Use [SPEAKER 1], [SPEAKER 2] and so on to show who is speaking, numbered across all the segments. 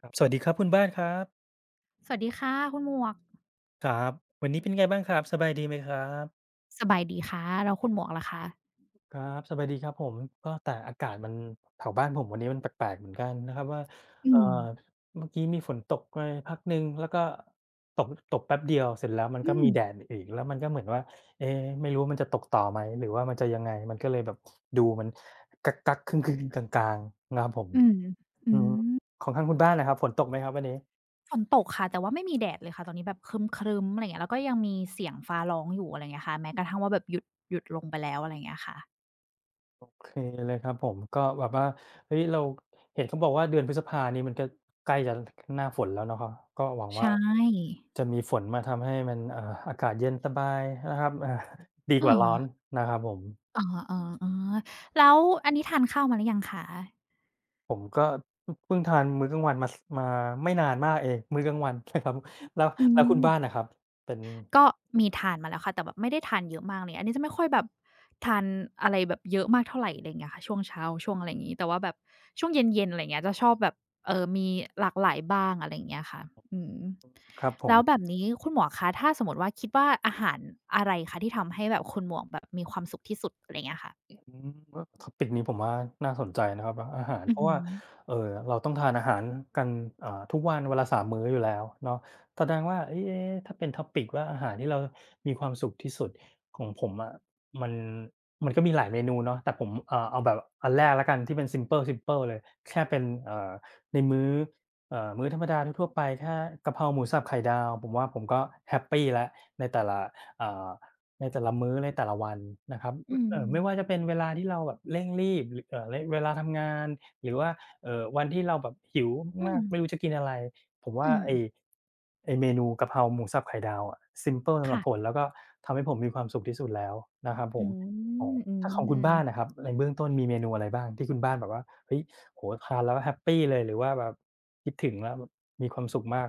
[SPEAKER 1] ครับสวัสดีครับคุณบ้านครับ
[SPEAKER 2] สวัสดีค่ะคุณหมวก
[SPEAKER 1] ครับวันนี้เป็นไงบ้างครับสบายดีไหมครับ
[SPEAKER 2] สบายดีค่ะแล้วคุณหมวกล่ะคะ
[SPEAKER 1] ครับสบายดีครับผมก็แต่อากาศมันแถวบ้านผมวันนี้มันแปลกๆเหมือนกันนะครับว่า
[SPEAKER 2] อื
[SPEAKER 1] เอ่อ
[SPEAKER 2] ม
[SPEAKER 1] เมื่อกี้มีฝนตกไปพักหนึ่งแล้วก็ตกแป๊บเดียวเสร็จแล้วมันก็
[SPEAKER 2] อื
[SPEAKER 1] มี
[SPEAKER 2] ม
[SPEAKER 1] แดดอีกแล้วมันก็เหมือนว่าเอ๊ะไม่รู้ว่ามันจะตกต่อไหมหรือว่ามันจะยังไงมันก็เลยแบบดูมันกั๊กๆกึ้งๆกลางๆนะครับผม
[SPEAKER 2] อืมอื
[SPEAKER 1] อืม
[SPEAKER 2] ม
[SPEAKER 1] ของทางคุณบ้านล่ะครับฝนตกไหมครับวันนี้
[SPEAKER 2] ฝนตกค่ะแต่ว่าไม่มีแดดเลยค่ะตอนนี้แบบครึ้มๆอะไรอย่างเงี้ยแล้วก็ยังมีเสียงฟ้าร้องอยู่อะไรอย่างเงี้ยค่ะแม้กระทั่งว่าแบบหยุดหยุดลงไปแล้วอะไรอย่างเงี้ยค่ะ
[SPEAKER 1] โอเคเลยครับผมก็แบบว่าเฮ้ยเราเห็นเขาบอกว่าเดือนพฤษภานี้มันก็ใกล้จะหน้าฝนแล้วเนาะครับก็หวัง
[SPEAKER 2] ใช
[SPEAKER 1] ว่า
[SPEAKER 2] ่
[SPEAKER 1] จะมีฝนมาทำให้มันอากาศเย็นสบายนะครับ ดี
[SPEAKER 2] เอ
[SPEAKER 1] กว่าร้อน
[SPEAKER 2] อ
[SPEAKER 1] นะครับผม
[SPEAKER 2] เออๆๆแล้วอันนี้ทานข้าวมาหรือยังคะ
[SPEAKER 1] ผมก็เพิ่งทานมื้อกลางวันมาไม่นานมากเองมื้อกลางวันนะครับแล้ว
[SPEAKER 2] อื
[SPEAKER 1] แล้วคุณบ้านนะ
[SPEAKER 2] ม
[SPEAKER 1] ครับเป็น
[SPEAKER 2] ก็มีทานมาแล้วค่ะแต่แบบไม่ได้ทานเยอะมากเลยอันนี้จะไม่ค่อยแบบทานอะไรแบบเยอะมากเท่าไรอะไรอย่างเงี้ยค่ะช่วงเช้าช่วงอะไรอย่างงี้แต่ว่าแบบช่วงเย็นๆอะไรอย่างเงี้ยจะชอบแบบมีหลากหลายบ้างอะไรอย่างเงี้ยค่ะอืม
[SPEAKER 1] ครับผม
[SPEAKER 2] แล้วแบบนี้คุณหมวกคะถ้าสมมุติว่าคิดว่าอาหารอะไรคะที่ทำให้แบบคุณหมวกแบบมีความสุขที่สุดอะไรอย่างเงี้ยค่ะ
[SPEAKER 1] อืมเออ topic นี้ผมว่าน่าสนใจนะครับอาหาร
[SPEAKER 2] อื
[SPEAKER 1] เพ
[SPEAKER 2] อ
[SPEAKER 1] ราะ
[SPEAKER 2] ฮึ
[SPEAKER 1] ว่าเอ่อเราต้องทานอาหารกันอ่าทุกวันวันละสามมื้ออยู่แล้วเนาะแสดงว่าเอ๊ะๆถ้าเป็น topic ว่าอาหารที่เรามีความสุขที่สุดของผมอะมันมันก็มีหลายเมนูเนาะแต่ผมเอาแบบอันแรกแล้วกันที่เป็นซิมเพิลเลยแค่เป็นในมื้อมื้อธรรมดาทั่วๆไปแค่กะเพราหมูสับไข่ดาวผมว่าผมก็แฮปปีแล้วในแต่ละอ่าในแต่ละมื้อในแต่ละวันนะครับ
[SPEAKER 2] อื
[SPEAKER 1] ไม่ว่า
[SPEAKER 2] ม
[SPEAKER 1] จะเป็นเวลาที่เราแบบเร่งรีบหรือเร่งเวลาทำงานหรือว่าวันที่เราแบบหิว
[SPEAKER 2] อื
[SPEAKER 1] มา
[SPEAKER 2] ม
[SPEAKER 1] กๆไม่รู้จะกินอะไรผมว่า
[SPEAKER 2] อืม
[SPEAKER 1] ไอ้เมนูกะเพราหมูสับไข่ดาวอะซิมเพิลสำหรับ
[SPEAKER 2] ค่ะ
[SPEAKER 1] ผมแล้วก็ทำให้ผมมีความสุขที่สุดแล้วนะครับผ
[SPEAKER 2] อื
[SPEAKER 1] มอ๋อ
[SPEAKER 2] มอื
[SPEAKER 1] ถ้าของคุณบ้านน่ะ
[SPEAKER 2] ม
[SPEAKER 1] ครับในเบื้องต้นมีเมนูอะไรบ้างที่คุณบ้านแบบว่าเฮ้ยโอ้โฮทานแล้วแฮปปีเลยหรือว่าแบบคิดถึงแล้วแบบมีความสุขมาก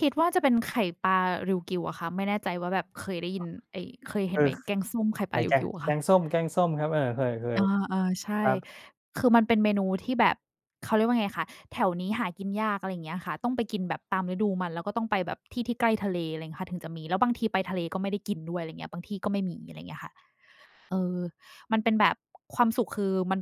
[SPEAKER 2] คิดว่าจะเป็นไข่ปลาริวกิวอะค่ะไม่แน่ใจว่าแบบเคยได้ยินไอ้เคย
[SPEAKER 1] เอ
[SPEAKER 2] เห็น
[SPEAKER 1] อ
[SPEAKER 2] ไหมแกงส้มไข่
[SPEAKER 1] ไห
[SPEAKER 2] ป
[SPEAKER 1] น
[SPEAKER 2] ลาริ
[SPEAKER 1] แก
[SPEAKER 2] ว
[SPEAKER 1] ง
[SPEAKER 2] กิวอะ
[SPEAKER 1] แก
[SPEAKER 2] ค่ะ
[SPEAKER 1] งส้มแกงส้มครับเออเค
[SPEAKER 2] อ
[SPEAKER 1] ย
[SPEAKER 2] าๆ
[SPEAKER 1] ๆค
[SPEAKER 2] ใช่
[SPEAKER 1] รับ
[SPEAKER 2] คือมันเป็นเมนูที่แบบเขาเรียกว่าไงคะแถวนี้หากินยากอะไรอย่างเงี้ยค่ะต้องไปกินแบบตามฤดูมันแล้วก็ต้องไปแบบที่ที่ใกล้ทะเลอะไรเงี้ยค่ะถึงจะมีแล้วบางทีไปทะเลก็ไม่ได้กินด้วยอะไรเงี้ยบางที่ก็ไม่มีอะไรเงี้ยค่ะ มันเป็นแบบความสุขคือมัน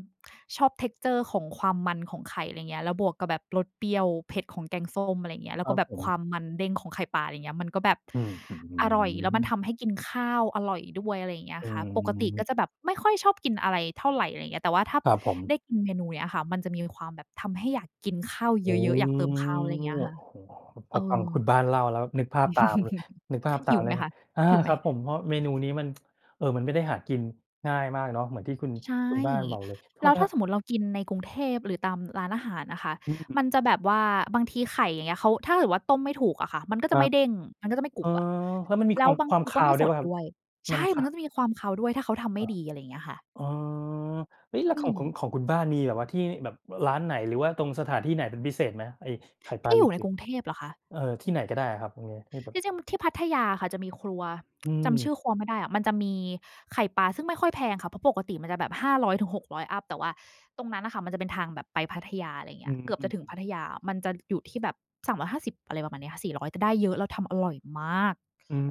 [SPEAKER 2] ชอบ texture ของความมันของไข่อะไรเงี้ยแล้วบวกกับแบบรสเปรี้ยวเผ็ดของแกงส้มอะไรเงี้ย
[SPEAKER 1] ค
[SPEAKER 2] แล้ว
[SPEAKER 1] รั
[SPEAKER 2] ก็
[SPEAKER 1] บ
[SPEAKER 2] แบ
[SPEAKER 1] ผ
[SPEAKER 2] บความ
[SPEAKER 1] ม
[SPEAKER 2] มันเด้งของไข่ปลาอะไรเงี้ยมันก็แบบ
[SPEAKER 1] อืออื
[SPEAKER 2] อร่อยแล้วมัน
[SPEAKER 1] อ
[SPEAKER 2] ทำให้กินข้าวอร่อยด้วยอะไรอย่างเงี้ย
[SPEAKER 1] อื
[SPEAKER 2] ค่ะปกติก็จะ
[SPEAKER 1] ม
[SPEAKER 2] แบบไม่ค่อยชอบกินอะไรเท่าไรอะไรเงี้ยแต่ว่าถ้า
[SPEAKER 1] ครับผ
[SPEAKER 2] ได้
[SPEAKER 1] ม
[SPEAKER 2] กินเมนูเนี้ยค่ะมันจะมีความแบบทำให้อยากกินข้าว
[SPEAKER 1] โอ้
[SPEAKER 2] เยอะๆอยากเติม
[SPEAKER 1] โอ
[SPEAKER 2] ข้าวอะไรเงี้ย
[SPEAKER 1] ้
[SPEAKER 2] ค่ะ
[SPEAKER 1] โฮพอ
[SPEAKER 2] เอ
[SPEAKER 1] ฟัง
[SPEAKER 2] อ
[SPEAKER 1] คุณบ้านเล่าแล้วนึกภาพตามนึกภาพ ตา
[SPEAKER 2] หิ
[SPEAKER 1] ม
[SPEAKER 2] ว
[SPEAKER 1] เล
[SPEAKER 2] ไหม
[SPEAKER 1] ยนะ
[SPEAKER 2] คะ
[SPEAKER 1] อา
[SPEAKER 2] หิวไห
[SPEAKER 1] ค
[SPEAKER 2] ม
[SPEAKER 1] รับผมเพราะเมนูนี้มันมันไม่ได้หากินง่ายมากเนาะเหมือนที่คุณ
[SPEAKER 2] ใช่
[SPEAKER 1] คุณบ้านบอกเลยโทษ
[SPEAKER 2] แล้ว
[SPEAKER 1] นะค
[SPEAKER 2] ถ้า
[SPEAKER 1] รับ
[SPEAKER 2] สมมุติเรากินในกรุงเทพหรือตามร้านอาหารนะคะ
[SPEAKER 1] อื
[SPEAKER 2] มัน
[SPEAKER 1] ม
[SPEAKER 2] จะแบบว่าบางทีไข่อย่างเงี้ยเขาถ้าเกิดว่าต้มไม่ถูกอะค่ะมันก็
[SPEAKER 1] ค
[SPEAKER 2] จะ
[SPEAKER 1] รับ
[SPEAKER 2] ไม่เด้งมันก็จะไม่กรุ
[SPEAKER 1] เออ
[SPEAKER 2] บอะ
[SPEAKER 1] แล้วมันมีค
[SPEAKER 2] แล้ว
[SPEAKER 1] วาม
[SPEAKER 2] บาง
[SPEAKER 1] ความ
[SPEAKER 2] ทีก็
[SPEAKER 1] คาว
[SPEAKER 2] ไม่
[SPEAKER 1] ด้
[SPEAKER 2] ส
[SPEAKER 1] วยเป
[SPEAKER 2] ด
[SPEAKER 1] ล่าครับ
[SPEAKER 2] ด้วย
[SPEAKER 1] มัน
[SPEAKER 2] ใช่มั
[SPEAKER 1] คา
[SPEAKER 2] น
[SPEAKER 1] ว
[SPEAKER 2] ก็จะมีความคาวด้วยถ้าเขาทำไม่
[SPEAKER 1] อา
[SPEAKER 2] ดีอะไรอย่างเงี้ยค่ะ
[SPEAKER 1] อ๋อเฮ้ยแล้วข
[SPEAKER 2] อื
[SPEAKER 1] อง
[SPEAKER 2] ม
[SPEAKER 1] ของของคุณบ้านมีแบบว่าที่แบบร้านไหนหรือว่าตรงสถานที่ไหนเป็นพิเศษไหมไอ้ไข่ปลา
[SPEAKER 2] ที่อ
[SPEAKER 1] ริว
[SPEAKER 2] ยู่ใน
[SPEAKER 1] กิว
[SPEAKER 2] กรุงเทพเหรอคะ
[SPEAKER 1] เออที่ไหนก็ได้อะครับตรงเนี้ยที่แบบ
[SPEAKER 2] ที่จริงที่พัทยาค่ะจะมีครัว
[SPEAKER 1] อื
[SPEAKER 2] จำชื่อ
[SPEAKER 1] ม
[SPEAKER 2] ครัวไม่ได้อะมันจะมีไข่ปลาซึ่งไม่ค่อยแพงค่ะเพราะปกติมันจะแบบ500-600อยถึงหกร้อยอัปแต่ว่าตรงนั้นน่ะค่ะมันจะเป็นทางแบบไปพัทยาอะไรอย่างเงี้ย
[SPEAKER 1] อื
[SPEAKER 2] เกือบจะถึง
[SPEAKER 1] ม
[SPEAKER 2] พัทยามันจะอยู่ที่แบบ3ร0อยห้าสิบอะไรประมาณเนี้ยค่ะ400แต่ได้เยอะแล้วทำอร่อยมาก
[SPEAKER 1] ๆอืม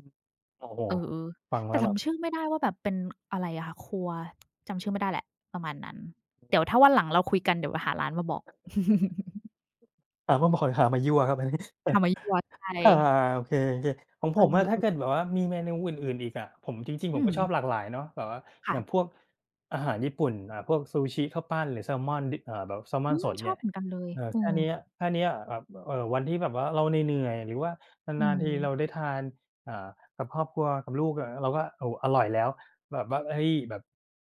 [SPEAKER 1] โอ้โฮ
[SPEAKER 2] เออ
[SPEAKER 1] ฟัง
[SPEAKER 2] ๆ
[SPEAKER 1] แล้
[SPEAKER 2] แต่
[SPEAKER 1] วแบบ
[SPEAKER 2] จำชื่อไม่ได้ว่าแบบเป็นอะไรอะค่ะครัวจำชื่อไม่ได้แหละประมาณนั้นเดี๋ยวถ้าวันหลังเราคุยกันเดี๋ยวหาร้านมาบอก
[SPEAKER 1] หามาบอกหรือหามายั่วครับอันนี้
[SPEAKER 2] ทำมายั่วใช่
[SPEAKER 1] อาโอเคๆของ
[SPEAKER 2] เอ
[SPEAKER 1] ผมอะถ้า
[SPEAKER 2] อ
[SPEAKER 1] เกิด
[SPEAKER 2] ๆ
[SPEAKER 1] แบบว่ามีเมนูอื่นๆอีกอะผมจริงๆผ
[SPEAKER 2] อื
[SPEAKER 1] มก็
[SPEAKER 2] ม
[SPEAKER 1] ชอบหลากหลายเนาะแบบว่าอย่างพ
[SPEAKER 2] ค่ะ
[SPEAKER 1] วกอาหารญี่ปุ่นอ่าพวกซูชิข้าวปั้นหรือแซลมอนดิอ่าแบบแซลมอ
[SPEAKER 2] อื
[SPEAKER 1] นส
[SPEAKER 2] ม
[SPEAKER 1] ด
[SPEAKER 2] ชอ
[SPEAKER 1] เนี่
[SPEAKER 2] บ
[SPEAKER 1] ย
[SPEAKER 2] เหมือนกันเลยเอ
[SPEAKER 1] แค่
[SPEAKER 2] อ
[SPEAKER 1] เนี้ยแค่เนี้ยแบบวันที่แบบว่าเราเหนื่อยๆหรือว่า
[SPEAKER 2] อื
[SPEAKER 1] นานๆทีเราได้
[SPEAKER 2] ม
[SPEAKER 1] ทานอ่ากับครอบครัวกับลูกอะเราก็โอ้โฮอร่อยแล้วแบบว่าเฮ้ยแบบ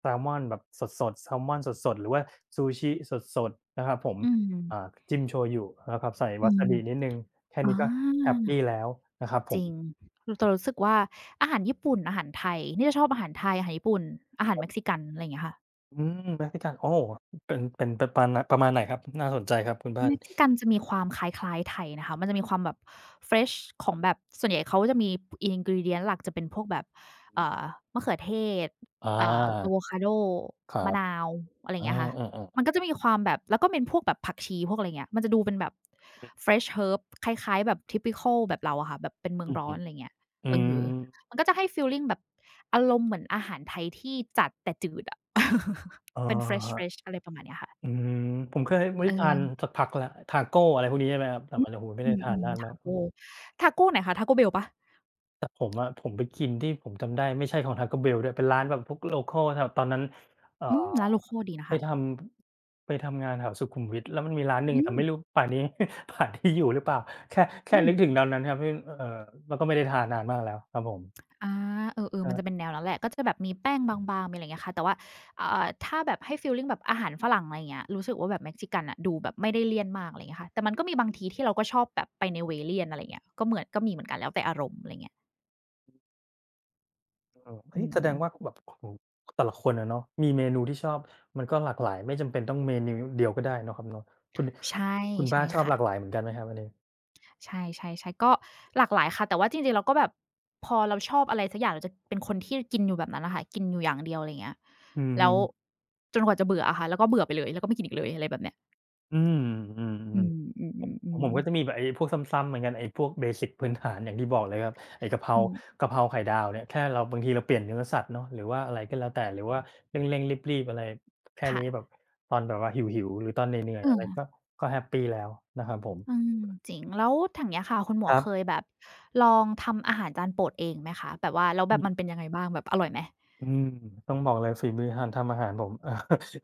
[SPEAKER 1] แซลมอนแบบสดๆแซลมอนสดๆหรือว่าซูชิสดๆนะครับผม
[SPEAKER 2] อืม
[SPEAKER 1] อ่าจิ้มโชยุนะครับใส่
[SPEAKER 2] อื
[SPEAKER 1] วา
[SPEAKER 2] ม
[SPEAKER 1] ซาบินิดหนึ่งแค่
[SPEAKER 2] อ
[SPEAKER 1] นี้ก็แฮป
[SPEAKER 2] า
[SPEAKER 1] ปีแล้วนะครับผ
[SPEAKER 2] จ
[SPEAKER 1] ม
[SPEAKER 2] ริงเรา
[SPEAKER 1] ผ
[SPEAKER 2] เรา
[SPEAKER 1] ม
[SPEAKER 2] รู้สึกว่าอาหารญี่ปุ่นอาหารไทยนี่จะชอบอาหารไทยอาหารญี่ปุ่นอาหาร
[SPEAKER 1] ครั
[SPEAKER 2] เม็กซิ
[SPEAKER 1] บ
[SPEAKER 2] กันอะไรอย่างเงี้ยค่ะ
[SPEAKER 1] อืม m e โอ้โฮเป็นปานประมาณไหนครับน่าสนใจครับคุณบ้าน
[SPEAKER 2] เม็กซิกันจะมีความคล้ายๆไทยนะคะ มันจะมีความแบบเฟรชของแบบส่วนใหญ่เขาจะมี ingredient หลักจะเป็นพวกแบบเอ่อมะเขือเทศ
[SPEAKER 1] อา
[SPEAKER 2] เอ่ะ่ออะโวคาโด
[SPEAKER 1] ครั
[SPEAKER 2] มะ
[SPEAKER 1] บ
[SPEAKER 2] นาวอะไรอย่า
[SPEAKER 1] อา
[SPEAKER 2] งเงี้ยค่ะ
[SPEAKER 1] อาๆ
[SPEAKER 2] มันก็จะมีความแบบแล้วก็เป็นพวกแบบผักชีพวกอะไรอย่างเงี้ยมันจะดูเป็นแบบ fresh herb คล้ายๆแบบ typical แบบเราอะค่ะแบบเป็นเมือง
[SPEAKER 1] อือ
[SPEAKER 2] ร้อ
[SPEAKER 1] ฮึ
[SPEAKER 2] นอะไรอย่างเงี้ย
[SPEAKER 1] อื
[SPEAKER 2] เออ
[SPEAKER 1] ม
[SPEAKER 2] มันก็จะให้ฟีลลิงแบบอารมณ์เหมือนอาหารไทยที่จัดแต่จืดอะ
[SPEAKER 1] อะ
[SPEAKER 2] เป็น fresh
[SPEAKER 1] ฮะ
[SPEAKER 2] fresh อะไรประมาณเนี้ยค่ะ
[SPEAKER 1] อืมผมเคยไม่ทาน
[SPEAKER 2] เออ
[SPEAKER 1] สักพักแล้วทาโกอะไรพวกนี้ใช่ไหมครับแต่
[SPEAKER 2] อื
[SPEAKER 1] มั
[SPEAKER 2] ม
[SPEAKER 1] นโอ้โฮไม่ได้ทาน
[SPEAKER 2] อืม
[SPEAKER 1] นาน
[SPEAKER 2] ๆทา
[SPEAKER 1] มาก
[SPEAKER 2] โกทาโกไหนคะ Taco Bell เปล่า
[SPEAKER 1] แต่ผมอะผมไปกินที่ผมจำได้ไม่ใช่ของ Taco Bell ด้วยเป็นร้านแบบพวก local แถวตอนนั้นเอ่อ
[SPEAKER 2] อืมร้าน local ดีนะ
[SPEAKER 1] ไป
[SPEAKER 2] คะ
[SPEAKER 1] ทไปทำงานแถวสุขุมวิทแล้วมันมีร้านหนึ่
[SPEAKER 2] อื
[SPEAKER 1] งแต่
[SPEAKER 2] ม
[SPEAKER 1] ไม่รู้ป่านนี้ ป่านนี้อยู่หรือเปล่าแค่
[SPEAKER 2] อืม
[SPEAKER 1] นึกถึงตอนนั้นครับที่เอ่อแล้วก็ไม่ได้ทานนานมากแล้วครับผม
[SPEAKER 2] อาเออๆมันจะเป็นแนวนั้นแหละ ก็จะแบบมีแป้งบางๆมีอะไรอย่างเงี้ยค่ะแต่ว่าอ่าถ้าแบบให้ฟีลลิงแบบอาหารฝรั่งอะไรอย่างเงี้ยรู้สึกว่าแบบเม็กซิกันน่ะดูแบบไม่ได้เลี่ยนมากอะไรอย่างเงี้ยค่ะแต่มันก็มีบางทีที่เราก็ชอบแบบไปในเวย์เลี่ยนอะไรอย่างเงี้ยก็เหมือนก็มีเหมือนกันแล้วแต่อารมณ์อะไรอย่างเงี้ย
[SPEAKER 1] เออเออเฮ้
[SPEAKER 2] อื
[SPEAKER 1] ยแสด
[SPEAKER 2] ม
[SPEAKER 1] งว่าแบบโอ้โฮแต่ละคนอะเนาะมีเมนูที่ชอบมันก็หลากหลายไม่จำเป็นต้องเมนูเดียวก็ได้เนาะครับเนาะคุณ
[SPEAKER 2] ใช่
[SPEAKER 1] คุณบ้า
[SPEAKER 2] ใช่
[SPEAKER 1] นชอบห
[SPEAKER 2] ค่ะ
[SPEAKER 1] ลากหลายเหมือนกันไหมครับอันนี้
[SPEAKER 2] ใช่ๆๆก็หลากหลายค่ะแต่ว่าจริงๆเราก็แบบพอเราชอบอะไรสักอย่างเราจะเป็นคนที่กินอยู่แบบนั้นน่ะค่ะกินอยู่อย่างเดียวอะไรอย่างเงี้ย
[SPEAKER 1] อื
[SPEAKER 2] แล้ว
[SPEAKER 1] ม
[SPEAKER 2] จนกว่าจะเบื่ออะค่ะแล้วก็เบื่อไปเลยแล้วก็ไม่กินอีกเลยอะไรแบบเนี้ย
[SPEAKER 1] อืมอืม
[SPEAKER 2] อืมอื
[SPEAKER 1] ๆ ของ
[SPEAKER 2] อ
[SPEAKER 1] ผม
[SPEAKER 2] ๆ
[SPEAKER 1] ก็จะมี
[SPEAKER 2] ๆ
[SPEAKER 1] แบบไอ้พวกซ้ำๆเหมือนกันไอ้พวกเบสิกพื้นฐานอย่างที่บอกเลยครับไอ้กะเพรา
[SPEAKER 2] อืม
[SPEAKER 1] กะเพราไข่ดาวเนี่ยแค่เราบางทีเราเปลี่ยนเนื้อสัตว์เนาะหรือว่าอะไรก็แล้วแต่หรือว่าเร่งๆรีบๆอะไรแค่นี้แบบ
[SPEAKER 2] ค่ะ
[SPEAKER 1] ตอนแบบว่าหิวๆหรือตอนเหนื่อยๆอะไร
[SPEAKER 2] เออ
[SPEAKER 1] ก็แฮปปีแล้วนะครับผม
[SPEAKER 2] อืมจริงแล้วทางเนี้ยค่ะคุณหม
[SPEAKER 1] ค
[SPEAKER 2] วก
[SPEAKER 1] รั
[SPEAKER 2] เคย
[SPEAKER 1] บ
[SPEAKER 2] แบบลองทำอาหารจานโปรดเองไหมคะแบบว่าแล้วแบบมันเป็นยังไงบ้างแบบอร่อยไหม
[SPEAKER 1] อืมต้องบอกเลยฝีมือการทำอาหารผม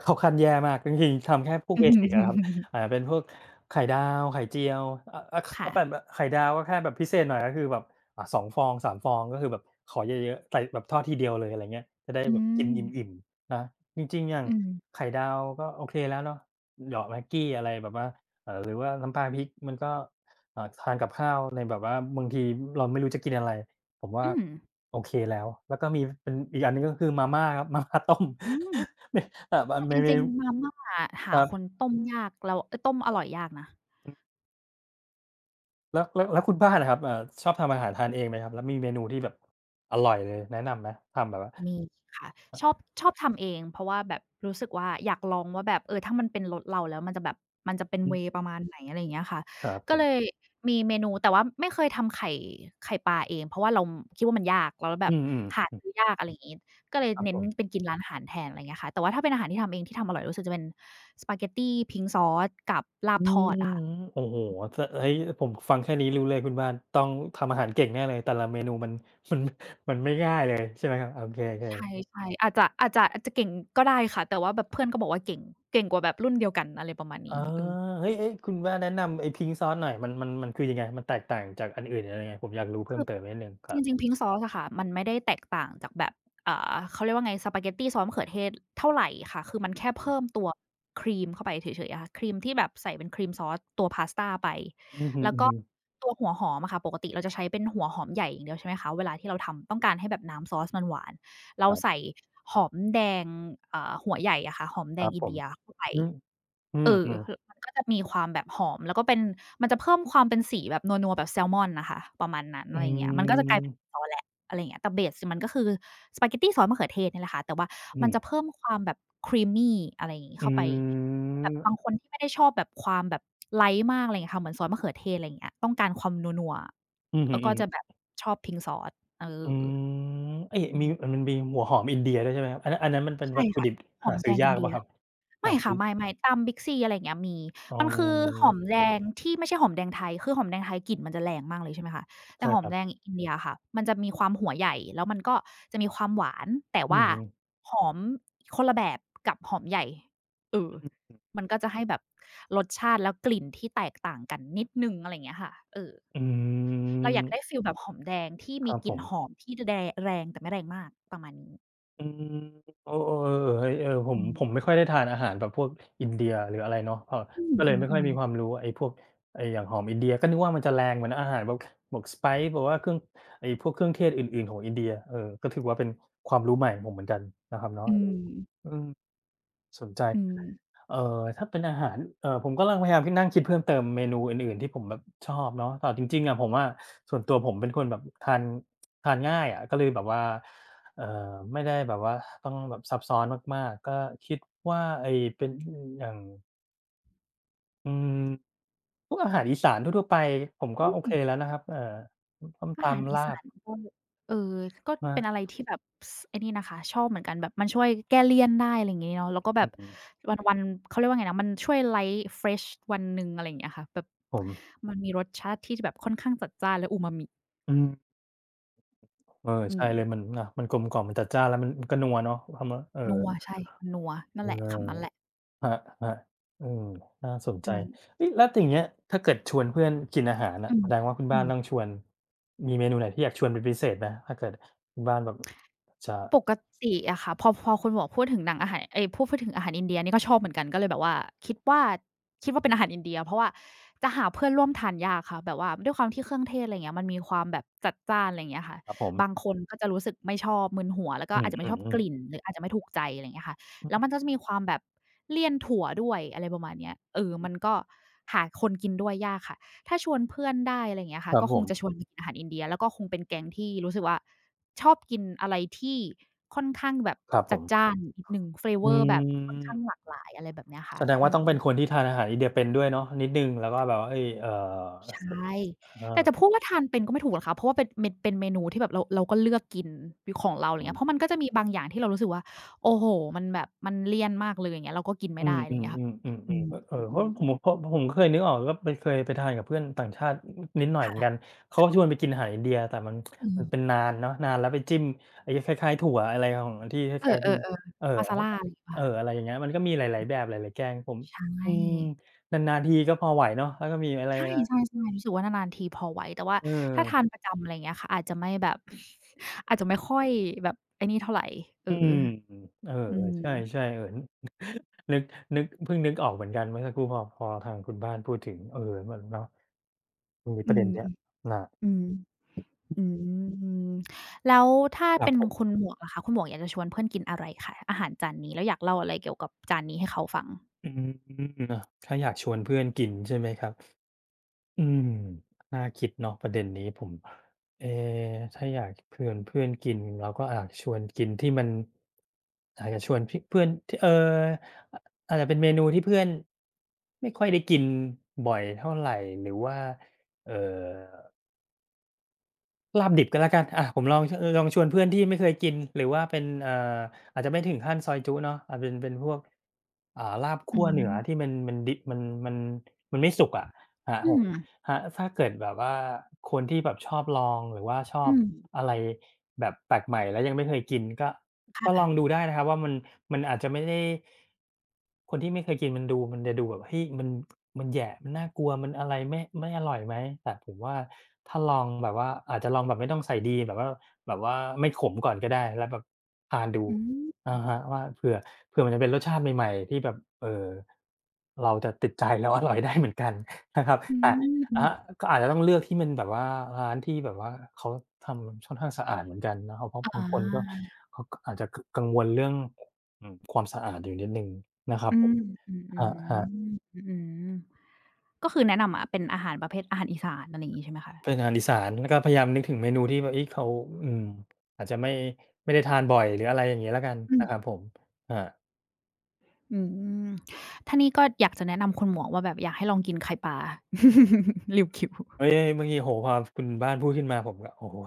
[SPEAKER 1] เข้าคั้นแย่มากจริงๆทำแค่พวก
[SPEAKER 2] อื
[SPEAKER 1] เบ
[SPEAKER 2] อฮึ
[SPEAKER 1] สิกอะครับเป็นพวกไข่ดาวไข่เจียวออะก็
[SPEAKER 2] ค่ะ
[SPEAKER 1] แบบไข่ดาวก็แค่แบบพิเศษหน่อยก็คือแบบ2ฟองสามฟองก็คือแบบขอเยอะๆใส่แบบทอดทีเดียวเลยอะไรเงี้ยจะได้
[SPEAKER 2] อื
[SPEAKER 1] แบบกิน
[SPEAKER 2] ม
[SPEAKER 1] อิ่มๆนะจริงๆอย่าง
[SPEAKER 2] อืม
[SPEAKER 1] ไข่ดาวก็โอเคแล้วเนาะเหยาะแม็กกี้อะไรแบบว่าหรือว่าน้ำปลาพริกมันก็ทานกับข้าวในแบบว่าบางทีเราไม่รู้จะกินอะไร ผมว่า
[SPEAKER 2] อืม
[SPEAKER 1] โอเคแล้ว แล้วก็มีเป็นอีกอันหนึ่งก็คือมาม่าครับ มาม่าต้ม
[SPEAKER 2] อืม
[SPEAKER 1] เนี่ยมัน
[SPEAKER 2] แต่จ
[SPEAKER 1] มีเม
[SPEAKER 2] ริง
[SPEAKER 1] นู
[SPEAKER 2] ๆมาม่าอะ
[SPEAKER 1] ค
[SPEAKER 2] หา
[SPEAKER 1] รั
[SPEAKER 2] ค
[SPEAKER 1] บ
[SPEAKER 2] นต้มยากแล้วเอ๊ยต้มอร่อยยากนะ
[SPEAKER 1] แล้วคุณบ้านอะครับชอบทำอาหารทานเองไหมครับแล้วมีเมนูที่แบบอร่อยเลยแนะนำไหมทำแบบว่า
[SPEAKER 2] มีค่ะชอบทำเองเพราะว่าแบบรู้สึกว่าอยากลองว่าแบบเออถ้ามันเป็นรสเราแล้วมันจะแบบมันจะเป็น
[SPEAKER 1] อื
[SPEAKER 2] เว
[SPEAKER 1] ม
[SPEAKER 2] ย์ประมาณไหนอะไรอย่างเงี้ยค่ะ
[SPEAKER 1] ครับผ
[SPEAKER 2] ก็
[SPEAKER 1] ม
[SPEAKER 2] เลยมีเมนูแต่ว่าไม่เคยทำไข่ปลาเองเพราะว่าเราคิดว่ามันยากแล้วแบ
[SPEAKER 1] อื
[SPEAKER 2] บ
[SPEAKER 1] ม
[SPEAKER 2] หา
[SPEAKER 1] ๆ
[SPEAKER 2] ซื้อยากอะไรอย่างงี้ก็เลย
[SPEAKER 1] ครับผ
[SPEAKER 2] เน้นเป็
[SPEAKER 1] ม
[SPEAKER 2] นกินร้านอาหารแทนอะไรอย่างเงี้ยค่ะแต่ว่าถ้าเป็นอาหารที่ทำเองที่ทำอร่อยรู้สึกจะเป็นสปาเกตตี pink sauce กับลา
[SPEAKER 1] อื
[SPEAKER 2] บท
[SPEAKER 1] ม
[SPEAKER 2] อดอะค่ะ
[SPEAKER 1] โอ้โฮจะเฮ้ยผมฟังแค่นี้รู้เลยคุณบ้านต้องทำอาหารเก่งแน่เลยแต่ละเมนูมัน มันมันไม่ง่ายเลยใช่ไหมครับโอเค
[SPEAKER 2] ใช
[SPEAKER 1] ๆ
[SPEAKER 2] ่ๆอาจจะเก่งก็ได้ค่ะแต่ว่าแบบเพื่อนก็บอกว่าเก่งกว่าแบบรุ่นเดียวกันอะไรประมาณ
[SPEAKER 1] เออ
[SPEAKER 2] นี้เออ
[SPEAKER 1] เฮ้ยเฮ้ยคุณแ้าแนะนำไอ้ Pink Sauce หน่อยมันคือยังไงมันแตกต่างจากอันอื่นยังไงผมอยากรู้เพิ่
[SPEAKER 2] คื
[SPEAKER 1] ม
[SPEAKER 2] อ
[SPEAKER 1] เติมนิดหนึ่งค
[SPEAKER 2] จ
[SPEAKER 1] รับ
[SPEAKER 2] ริงๆ Pink Sauce อะค่ะมันไม่ได้แตกต่างจากแบบเขาเรียกว่าไงสปาเกตตีซอสมะเขือเทศเท่าไรค่ะคือมันแค่
[SPEAKER 1] อ
[SPEAKER 2] เพิ่มตัวครีมเข้าไปเฉยๆอะค่ะครีมที่แบบใส่เป็นครีมซอสตัวพาสตาไป
[SPEAKER 1] ืมอื
[SPEAKER 2] แล้
[SPEAKER 1] อ
[SPEAKER 2] วก็
[SPEAKER 1] ฮึๆ
[SPEAKER 2] ตัวหัวหอมอะค่ะปกติเราจะใช้เป็นหัวหอมใหญ่อย่างเดียวใช่ไหมคะเวลาที่เราทำต้องการให้แบบน้ำซอสมันหวาน
[SPEAKER 1] ค
[SPEAKER 2] เรา
[SPEAKER 1] รั
[SPEAKER 2] ใส่
[SPEAKER 1] บ
[SPEAKER 2] หอมแดงหัวใหญ่อะค่ะหอม
[SPEAKER 1] ค
[SPEAKER 2] แด
[SPEAKER 1] รั
[SPEAKER 2] ง
[SPEAKER 1] บ
[SPEAKER 2] อิ
[SPEAKER 1] ผ
[SPEAKER 2] น
[SPEAKER 1] ม
[SPEAKER 2] เดียเข้าไป
[SPEAKER 1] อืมอื
[SPEAKER 2] เออ
[SPEAKER 1] มๆ
[SPEAKER 2] มันก็จะมีความแบบหอมแล้วก็เป็นมันจะเพิ่มความเป็นสีแบบนัวๆแบบแซลมอนน่ะค่ะประมาณนั้นอะ
[SPEAKER 1] อื
[SPEAKER 2] ไรอย่างเงี้ยมันก็จะกลายเป็น
[SPEAKER 1] ม
[SPEAKER 2] ซอสแล้วอะไรอย่างเงี้ยแต่เบสมันก็คือสปาเกตตีซอสมะเขือเทศเนี่ยแหละค่ะแต่ว่า
[SPEAKER 1] อื
[SPEAKER 2] มัน
[SPEAKER 1] ม
[SPEAKER 2] จะเพิ่มความแบบ creamy อะไรอย่างงี้
[SPEAKER 1] อื
[SPEAKER 2] เข้าไปแบบบาง
[SPEAKER 1] ม
[SPEAKER 2] คนที่ไม่ได้ชอบแบบความแบบไลต์มากอะไรอย่างเงี้ยค่ะเหมือนซอสมะเขือเทศอะไรอย่างเงี้ยต้องการความนัว
[SPEAKER 1] อือ
[SPEAKER 2] ๆ
[SPEAKER 1] ฮึ
[SPEAKER 2] แล้วก็จะแบบ
[SPEAKER 1] ๆ
[SPEAKER 2] ชอบพิงซอสเออ
[SPEAKER 1] อืมเอ๊ะ
[SPEAKER 2] อื
[SPEAKER 1] มีมั
[SPEAKER 2] ม
[SPEAKER 1] นมีหัวหอมอินเดียด้วยใช่ไหมครับอันนั้นมันเป็นวั
[SPEAKER 2] ใช่
[SPEAKER 1] ตถุ
[SPEAKER 2] ค่ะ
[SPEAKER 1] ดิบ
[SPEAKER 2] หอ
[SPEAKER 1] หา
[SPEAKER 2] มแด
[SPEAKER 1] ซื้อ
[SPEAKER 2] ง
[SPEAKER 1] ยา
[SPEAKER 2] อิ
[SPEAKER 1] ก
[SPEAKER 2] น
[SPEAKER 1] เป
[SPEAKER 2] เดี
[SPEAKER 1] ล่า
[SPEAKER 2] ย
[SPEAKER 1] ครับหา
[SPEAKER 2] ไม่
[SPEAKER 1] ซื้
[SPEAKER 2] ค่ะ
[SPEAKER 1] อ
[SPEAKER 2] ไม่ตาม Big C อะไรอย่างเงี้ยมี
[SPEAKER 1] อ๋อ
[SPEAKER 2] มันคือหอมแดงที่ไม่ใช่หอมแดงไทยคือหอมแดงไทยกลิ่นมันจะแรงมากเลยใช่ไหมคะแต่
[SPEAKER 1] ใช่
[SPEAKER 2] หอ
[SPEAKER 1] ค
[SPEAKER 2] ม
[SPEAKER 1] รับ
[SPEAKER 2] แดงอินเดียอะค่ะมันจะมีความหัวใหญ่แล้วมันก็จะมีความหวานแต่
[SPEAKER 1] อือ
[SPEAKER 2] ว่า
[SPEAKER 1] ฮึ
[SPEAKER 2] หอมคนละแบบกับหอมใหญ่เออมันก็จะให้แบบรสชาติแล้วกลิ่นที่แตกต่างกันนิดหนึ่งอะไรอย่างเงี้ยค่ะเออ
[SPEAKER 1] อื
[SPEAKER 2] เราอยากได้
[SPEAKER 1] ม
[SPEAKER 2] ฟีลแบบหอมแดงที่
[SPEAKER 1] ค
[SPEAKER 2] มี
[SPEAKER 1] รับ
[SPEAKER 2] ก
[SPEAKER 1] ผ
[SPEAKER 2] ลิ่น
[SPEAKER 1] ม
[SPEAKER 2] หอมที่แดแรงแต่ไม่แรงมากประมาณนี้
[SPEAKER 1] อืมเออเออเออเฮ้ยเออผม
[SPEAKER 2] อื
[SPEAKER 1] ผมไม่
[SPEAKER 2] ม
[SPEAKER 1] ค่อยได้ทานอาหารแบบพวกอินเดียหรืออะไรเนาะเออ
[SPEAKER 2] อื
[SPEAKER 1] ก็เลยไม่ค่อย
[SPEAKER 2] ม
[SPEAKER 1] มี
[SPEAKER 2] ๆ
[SPEAKER 1] ความ
[SPEAKER 2] ๆ
[SPEAKER 1] รู้ไอ้พวกไอ้อย่างหอมอินเดียก็นึกว่ามันจะแรงเหมือนอาหารแบบบอก spice แบบว่าเครื่องไอ้พวกเครื่องเทศอื่นๆของอินเดียเออก็ถือว่าเป็นความรู้ใหม่ของผมเหมือนกันนะครับเนาะ
[SPEAKER 2] อื
[SPEAKER 1] อันนี้
[SPEAKER 2] ม
[SPEAKER 1] อืมสนใจ
[SPEAKER 2] อืม
[SPEAKER 1] เอ่ถ้าเป็นอาหารผมกำลังพยายามคิดนั่งคิดเพิ่มเติมเมนูอื่นๆที่ผมแบบชอบเนาะแต่จริงๆอะผมอะส่วนตัวผมเป็นคนแบบทานทานง่ายอะก็เลยแบบว่าเอ่อไม่ได้แบบว่าต้องแบบซับซ้อนมากๆก็คิดว่าไอ้เป็นอืมอย่างอืมพวกอาหารอีสานทั่วๆไปผม
[SPEAKER 2] อ
[SPEAKER 1] ก็โอเค
[SPEAKER 2] ืม
[SPEAKER 1] แล้วนะครับส้ม
[SPEAKER 2] อาหาร
[SPEAKER 1] ตำ
[SPEAKER 2] อี
[SPEAKER 1] ลา
[SPEAKER 2] สา
[SPEAKER 1] บ
[SPEAKER 2] นก็เออก็เป็น
[SPEAKER 1] มา
[SPEAKER 2] อะไรที่แบบสไอ้นี่นะคะชอบเหมือนกันแบบมันช่วยแก้เลี่ยนได้อะไรอย่างงี้เนาะแล้วก็แบ
[SPEAKER 1] อื
[SPEAKER 2] บ
[SPEAKER 1] ม
[SPEAKER 2] วันๆเขาเรียกว่าไงนะมันช่วย light fresh วันหนึ่งอะไรอย่างเงี้ยค่ะแบบ
[SPEAKER 1] ผม
[SPEAKER 2] มันมีรสชาติที่แบบค่อนข้างจัดจ้านและอูมามิ
[SPEAKER 1] อืมเออ
[SPEAKER 2] อื
[SPEAKER 1] ใช่
[SPEAKER 2] ม
[SPEAKER 1] เลยมันนะมันกลมกล่อมมันจัดจ้านแล้วมันก็นัวเนาะคำว่า
[SPEAKER 2] นัวใช่มันนัว
[SPEAKER 1] เอ
[SPEAKER 2] นั่น
[SPEAKER 1] อ
[SPEAKER 2] แหละคำนั้นแหละ
[SPEAKER 1] ครับครับอืมน่าสนใจ
[SPEAKER 2] อืม
[SPEAKER 1] เฮ้ยแล้วอย่างเงี้ยถ้าเกิดชวนเพื่อนกินอาหารน่ะ
[SPEAKER 2] อื
[SPEAKER 1] แส
[SPEAKER 2] ม
[SPEAKER 1] ดงว่าคุณ
[SPEAKER 2] อื
[SPEAKER 1] บ้าน
[SPEAKER 2] ม
[SPEAKER 1] ต้องชวนมีเมนูไหนที่อยากชวนเป็นพิเศษไหมถ้าเกิดคุณบ้านแบบจะ
[SPEAKER 2] ปกติอะค่ะพอคุณหมวกพูดถึงหนังอาหารเอ๊ยพูดถึงอาหารอินเดียนี่ก็ชอบเหมือนกันก็เลยแบบว่าคิดว่าคิดว่าเป็นอาหารอินเดียเพราะว่าจะหาเพื่อนร่วมทานยากค่ะแบบว่าด้วยความที่เครื่องเทศอะไรอย่างเงี้ยมันมีความแบบจัดจ้านอะไรอย่างเงี้ยค่ะ
[SPEAKER 1] ครับผ
[SPEAKER 2] บาง
[SPEAKER 1] ม
[SPEAKER 2] คนก็จะรู้สึกไม่ชอบมึนหัวแล้วก็
[SPEAKER 1] อื
[SPEAKER 2] อาจจะไม่ชอบ
[SPEAKER 1] ม
[SPEAKER 2] ก
[SPEAKER 1] ๆๆ
[SPEAKER 2] ลิ่นหรืออาจจะไม่ถูกใจอะไรอย่างเงี้ยค่ะ
[SPEAKER 1] อื
[SPEAKER 2] แล้วมัน
[SPEAKER 1] ม
[SPEAKER 2] ก็จะมีความแบบเลี่ยนถั่วด้วยอะไรประมาณเนี้ยเออมันก็หาคนกินด้วยยากค่ะถ้าชวนเพื่อนได้อะไรอย่างเงี้ย
[SPEAKER 1] ค
[SPEAKER 2] ค่ะ
[SPEAKER 1] รับ
[SPEAKER 2] ก็
[SPEAKER 1] ผ
[SPEAKER 2] คง
[SPEAKER 1] ม
[SPEAKER 2] จะชวนไปกินอาหารอินเดียแล้วก็คงเป็นแก๊งที่รู้สึกว่า ชอบกินอะไรที่ค่อนข้างแบบ
[SPEAKER 1] ครับผ
[SPEAKER 2] จัด
[SPEAKER 1] ม
[SPEAKER 2] จ้านนิดหนึ่งเฟ a เว
[SPEAKER 1] อื
[SPEAKER 2] อร์แบบค่อนข้างหลาก
[SPEAKER 1] ม
[SPEAKER 2] หลายอะไรแบบเนี้ยค่ะ
[SPEAKER 1] แสดง
[SPEAKER 2] อื
[SPEAKER 1] ว่าต้อ
[SPEAKER 2] ม
[SPEAKER 1] งเป็นคนที่ทานอาหารอินเดียเป็นด้วยเนาะนิดหนึ่งแล้วก็แบบว่าเฮ้ย
[SPEAKER 2] ใช
[SPEAKER 1] ส
[SPEAKER 2] ่แต่
[SPEAKER 1] อา
[SPEAKER 2] จะพูดว่าทานเป็นก็ไม่ถูกหรอกค่ะเพราะว่าเป็นเมนูที่แบบเราก็เลือกกินเป็นของเราอะ
[SPEAKER 1] ผ
[SPEAKER 2] ไร
[SPEAKER 1] ม
[SPEAKER 2] เงี้ยเพราะมันก็จะมีบางอย่างที่เรารู้สึกว่าโอ้โฮมันแบบมันเลี่ยนมากเลยอย่างเงี้ยเราก็กิน
[SPEAKER 1] อื
[SPEAKER 2] ไม่
[SPEAKER 1] ม
[SPEAKER 2] ได้อะไรเงี้ยค่ะ
[SPEAKER 1] ๆ
[SPEAKER 2] อื
[SPEAKER 1] ๆๆ
[SPEAKER 2] ม
[SPEAKER 1] ๆเออเพ
[SPEAKER 2] อื
[SPEAKER 1] ราะ
[SPEAKER 2] อ
[SPEAKER 1] ผม
[SPEAKER 2] ๆ
[SPEAKER 1] เพราะผมเคยนึกออกว่าไปเคยไปทานกับเพื่อนต่างชาตินิดหน่อยเหมื
[SPEAKER 2] ค่ะ
[SPEAKER 1] อนกันเขาก็ชวน
[SPEAKER 2] ค่ะ
[SPEAKER 1] ไปกินอาหารอินเดียแต่มัน
[SPEAKER 2] อื
[SPEAKER 1] มัน
[SPEAKER 2] ม
[SPEAKER 1] เป็นนานเนาะนานแล้วไปจิ้มไอ้คล้ายๆถั่วอะไรของที่ค
[SPEAKER 2] เอ
[SPEAKER 1] ล้ายๆคุ
[SPEAKER 2] อ
[SPEAKER 1] ณ
[SPEAKER 2] ๆ
[SPEAKER 1] เอ่อ
[SPEAKER 2] ๆมาซาลาอะไรอย่างงี้เปล่าคะ
[SPEAKER 1] อะไรอย่างเงี้ยมันก็มีหลายๆแบบหลายๆแกงผม
[SPEAKER 2] ใช่
[SPEAKER 1] อืมนานๆทีก็พอไหวเนาะแล้วก็มีอะไร
[SPEAKER 2] ใช่
[SPEAKER 1] นะ
[SPEAKER 2] ใช่ๆรู้สึกว่านานๆทีพอไหวแต่ว่า
[SPEAKER 1] เ
[SPEAKER 2] ถ้าทา
[SPEAKER 1] ออ
[SPEAKER 2] นประจำอะไรอย่างเงี้ยค่ะอาจจะไม่แบบ อาจจะไม่ค่อยแบบไอ้นี่เท่าไรเออ
[SPEAKER 1] อืมเออ
[SPEAKER 2] อื
[SPEAKER 1] ๆใช
[SPEAKER 2] ม
[SPEAKER 1] ่ๆเออ นึกนึกเพิ่งนึกออกเหมือนกันเมื่อสักครู่พอทางคุณบ้านพูดถึงเออมันเนาะมันมีป
[SPEAKER 2] อื
[SPEAKER 1] ระเด็น
[SPEAKER 2] ม
[SPEAKER 1] เนี้ยอา
[SPEAKER 2] ๆอืมอืมแล้วถ้า
[SPEAKER 1] ครับ
[SPEAKER 2] เป็น
[SPEAKER 1] ผ
[SPEAKER 2] คุณ
[SPEAKER 1] ม
[SPEAKER 2] หมวกล่ะคะคุณหมวกอยากจะชวนเพื่อนกินอะไรคะอาหารจานนี้แล้วอยากเล่าอะไรเกี่ยวกับจานนี้ให้เขาฟัง
[SPEAKER 1] อืมเนาะถ้าอยากชวนเพื่อนกินใช่ไหมครับอืมน่าคิดเนาะประเด็นนี้ผมเอ๊ถ้าอยากเพื่อนเพื่อนกินเราก็อาจชวนกินที่มันอาจจะชวนพี่เพื่อนที่ออาจจะเป็นเมนูที่เพื่อนไม่ค่อยได้กินบ่อยเท่าไรหรือว่าเอ่อ ลาบดิบก็แล้วกันอะผมลองชวนเพื่อนที่ไม่เคยกินหรือว่าเป็นออาจจะไม่ถึงขั้นซอยจุ๊เนาะอาจเป็นพวกลาบ
[SPEAKER 2] อื
[SPEAKER 1] คั่วเห
[SPEAKER 2] ม
[SPEAKER 1] นือที่มันดิบมันมันไม่สุกอะครับ
[SPEAKER 2] อื
[SPEAKER 1] ผม
[SPEAKER 2] ม
[SPEAKER 1] ครับถ้าเกิดแบบว่าคนที่แบบชอบลองหรือว่าชอบ
[SPEAKER 2] อืม
[SPEAKER 1] อะไรแบบแปลกใหม่แล้วยังไม่เคยกินก็ ก็ลองดู
[SPEAKER 2] ค่ะ
[SPEAKER 1] ได้นะครับว่ามันอาจจะไม่ได้คนที่ไม่เคยกินมันดูมันจะดูแบบเฮ้ยมันแหยะมันน่ากลัวมันอะไรไม่อร่อยไหมแต่ผมว่าถ้าลองแบบว่าอาจจะลองแบบไม่ต้องใส่ดีแบบว่าไม่ขมก่อนก็ได้แล้วแบบทานดู
[SPEAKER 2] อืม
[SPEAKER 1] อะฮะว่าเผื่อมันจะเป็นรสชาติใหม่ๆที่แบบเอ่อเราจะติดใจแล้วอร่อยได้เหมือนกัน นะครับ
[SPEAKER 2] อื
[SPEAKER 1] แต่
[SPEAKER 2] มอื
[SPEAKER 1] อะ
[SPEAKER 2] ม
[SPEAKER 1] ฮะก็อาจจะต้องเลือกที่มันแบบว่าร้านที่แบบว่าเขาทำค่อนข้างสะอาดเหมือนกันนะครับเพราะ
[SPEAKER 2] อ
[SPEAKER 1] บางคนก็
[SPEAKER 2] า
[SPEAKER 1] เขาก็อาจจะกกังวลเรื่องอืมความสะอาดอยู่นิดหนึ่งนะครับ
[SPEAKER 2] อื
[SPEAKER 1] ผ
[SPEAKER 2] ม
[SPEAKER 1] ม
[SPEAKER 2] อืออื
[SPEAKER 1] คร
[SPEAKER 2] ม
[SPEAKER 1] ับๆ
[SPEAKER 2] อืมก็คือแนะนำอะเป็นอาหารประเภทอาหารอีสานอะไรอย่างงี้ใช่ไหมคะ
[SPEAKER 1] เป็นอาหารอีสานแล้วก็พยายามนึกถึงเมนูที่แบบเฮ้ยเขาอืมอาจจะไม่ได้ทานบ่อยหรืออะไรอย่างงี้แล้วกัน
[SPEAKER 2] อืม
[SPEAKER 1] นะครับผมครับ
[SPEAKER 2] อืมถ้านี่ก็อยากจะแนะนำคุณหมวกว่าแบบอยากให้ลองกินไข่ปลา ริวกิว
[SPEAKER 1] เฮ้ยเมื่อกี้โอ้โฮพอคุณบ้านพูดขึ้นมาผมก็โอ้โฮ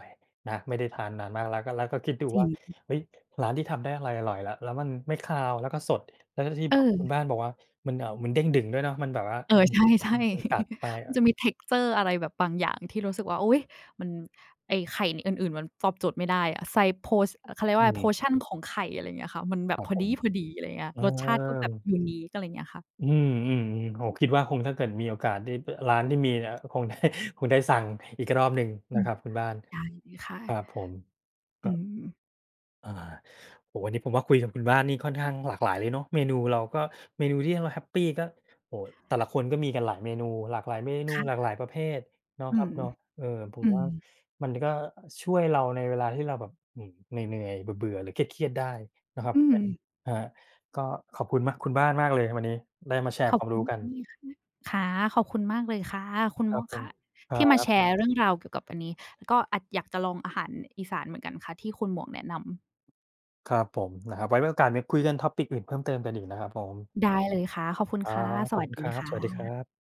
[SPEAKER 1] นะไม่ได้ทานนานมากแล้วก็คิดดู
[SPEAKER 2] จริ
[SPEAKER 1] ว่า
[SPEAKER 2] ง
[SPEAKER 1] เฮ้ยร้านที่ทำได้อร่อยๆแล้วมันไม่คาวแล้วก็สดแล้วก็ที่แบบคุณ
[SPEAKER 2] เออ
[SPEAKER 1] บ้านบอกว่ามันมันเด้งดึงด้วยเนาะมันแบบว่า
[SPEAKER 2] เออ
[SPEAKER 1] อืม
[SPEAKER 2] ใช่
[SPEAKER 1] มั
[SPEAKER 2] ๆ
[SPEAKER 1] นกัดไป
[SPEAKER 2] มันจะมี texture อะไรแบบบางอย่างที่รู้สึกว่าอุ๊ยมันไอ้ไข่อื่นๆมันตอบโจทย์ไม่ได้อะไซโพสเขาเรียก
[SPEAKER 1] อื
[SPEAKER 2] ว่าอะไร
[SPEAKER 1] ม
[SPEAKER 2] portion ของไข่อะไรอย่างเงี้ยค่ะมันแบ
[SPEAKER 1] ค
[SPEAKER 2] บ
[SPEAKER 1] รับ
[SPEAKER 2] พอ
[SPEAKER 1] ผ
[SPEAKER 2] ดี
[SPEAKER 1] ม
[SPEAKER 2] พอดีอะไรอย่างเงี้ย
[SPEAKER 1] เออ
[SPEAKER 2] รสชาติก็แบบ unique อะไรอย่างเงี้ยค่ะ
[SPEAKER 1] อืมอืมๆโอ้โฮคิดว่าคงถ้าเกิดมีโอกาสได้ปร้านที่มีเนี่ยคงได้สั่งอีกรอบหนึ่ง
[SPEAKER 2] อื
[SPEAKER 1] นะค
[SPEAKER 2] ม
[SPEAKER 1] รับคุณบ้าน
[SPEAKER 2] ได้เลยค่ะ
[SPEAKER 1] ครับผมก็
[SPEAKER 2] อืม
[SPEAKER 1] อ่าโอ้โฮวันนี้ผมว่าคุยกับคุณบ้านนี่ค่อนข้างหลากหลายเลยเนาะเมนูเราก็เมนูที่เราแฮปปีก็โอ้โฮแต่ละคนก็มีกันหลายเมนูหลากหลายเมนูหลากห
[SPEAKER 2] ค่ะ
[SPEAKER 1] ลายประเภทเนาะ
[SPEAKER 2] อื
[SPEAKER 1] ครับ
[SPEAKER 2] ม
[SPEAKER 1] เนาะเออผม
[SPEAKER 2] อืม
[SPEAKER 1] ว่ามันก็ช่วยเราในเวลาที่เราแบบอืมเหนื่อยๆเบื่อๆหรือเครียดๆได้นะครับ
[SPEAKER 2] อืม
[SPEAKER 1] เนี่ยครับก็ขอบคุณมากคุณบ้านมากเลยวันนี้ได้มาแช
[SPEAKER 2] ข
[SPEAKER 1] ร์ค
[SPEAKER 2] อบ
[SPEAKER 1] วาม
[SPEAKER 2] คุ
[SPEAKER 1] รู้
[SPEAKER 2] ณมา
[SPEAKER 1] กัน
[SPEAKER 2] กค่ะค่ะขอบคุณมากเลยค่ะคุณ
[SPEAKER 1] ค
[SPEAKER 2] หม
[SPEAKER 1] รับ
[SPEAKER 2] วก
[SPEAKER 1] ผม
[SPEAKER 2] ค่ะ
[SPEAKER 1] ครั
[SPEAKER 2] ที่มาแช
[SPEAKER 1] บ
[SPEAKER 2] ร์เรื่องราวเกี่ยวกับอันนี้แล้วก็อาจอยากจะลองอาหารอีสานเหมือนกันค่ะที่คุณหมวกแนะนำ
[SPEAKER 1] ครับผมนะครับไว้มีโอกาสเนี่ยคุยกัน topic อื่นเพิ่มเติมกันอีกนะครับผม
[SPEAKER 2] ได้เลยค่ะขอบคุณ
[SPEAKER 1] ครั
[SPEAKER 2] ค่ะ
[SPEAKER 1] บ
[SPEAKER 2] ส
[SPEAKER 1] ขอบ
[SPEAKER 2] วัส
[SPEAKER 1] คุณค
[SPEAKER 2] ดี
[SPEAKER 1] รับ สวัสดีค
[SPEAKER 2] ค่ะ
[SPEAKER 1] รับ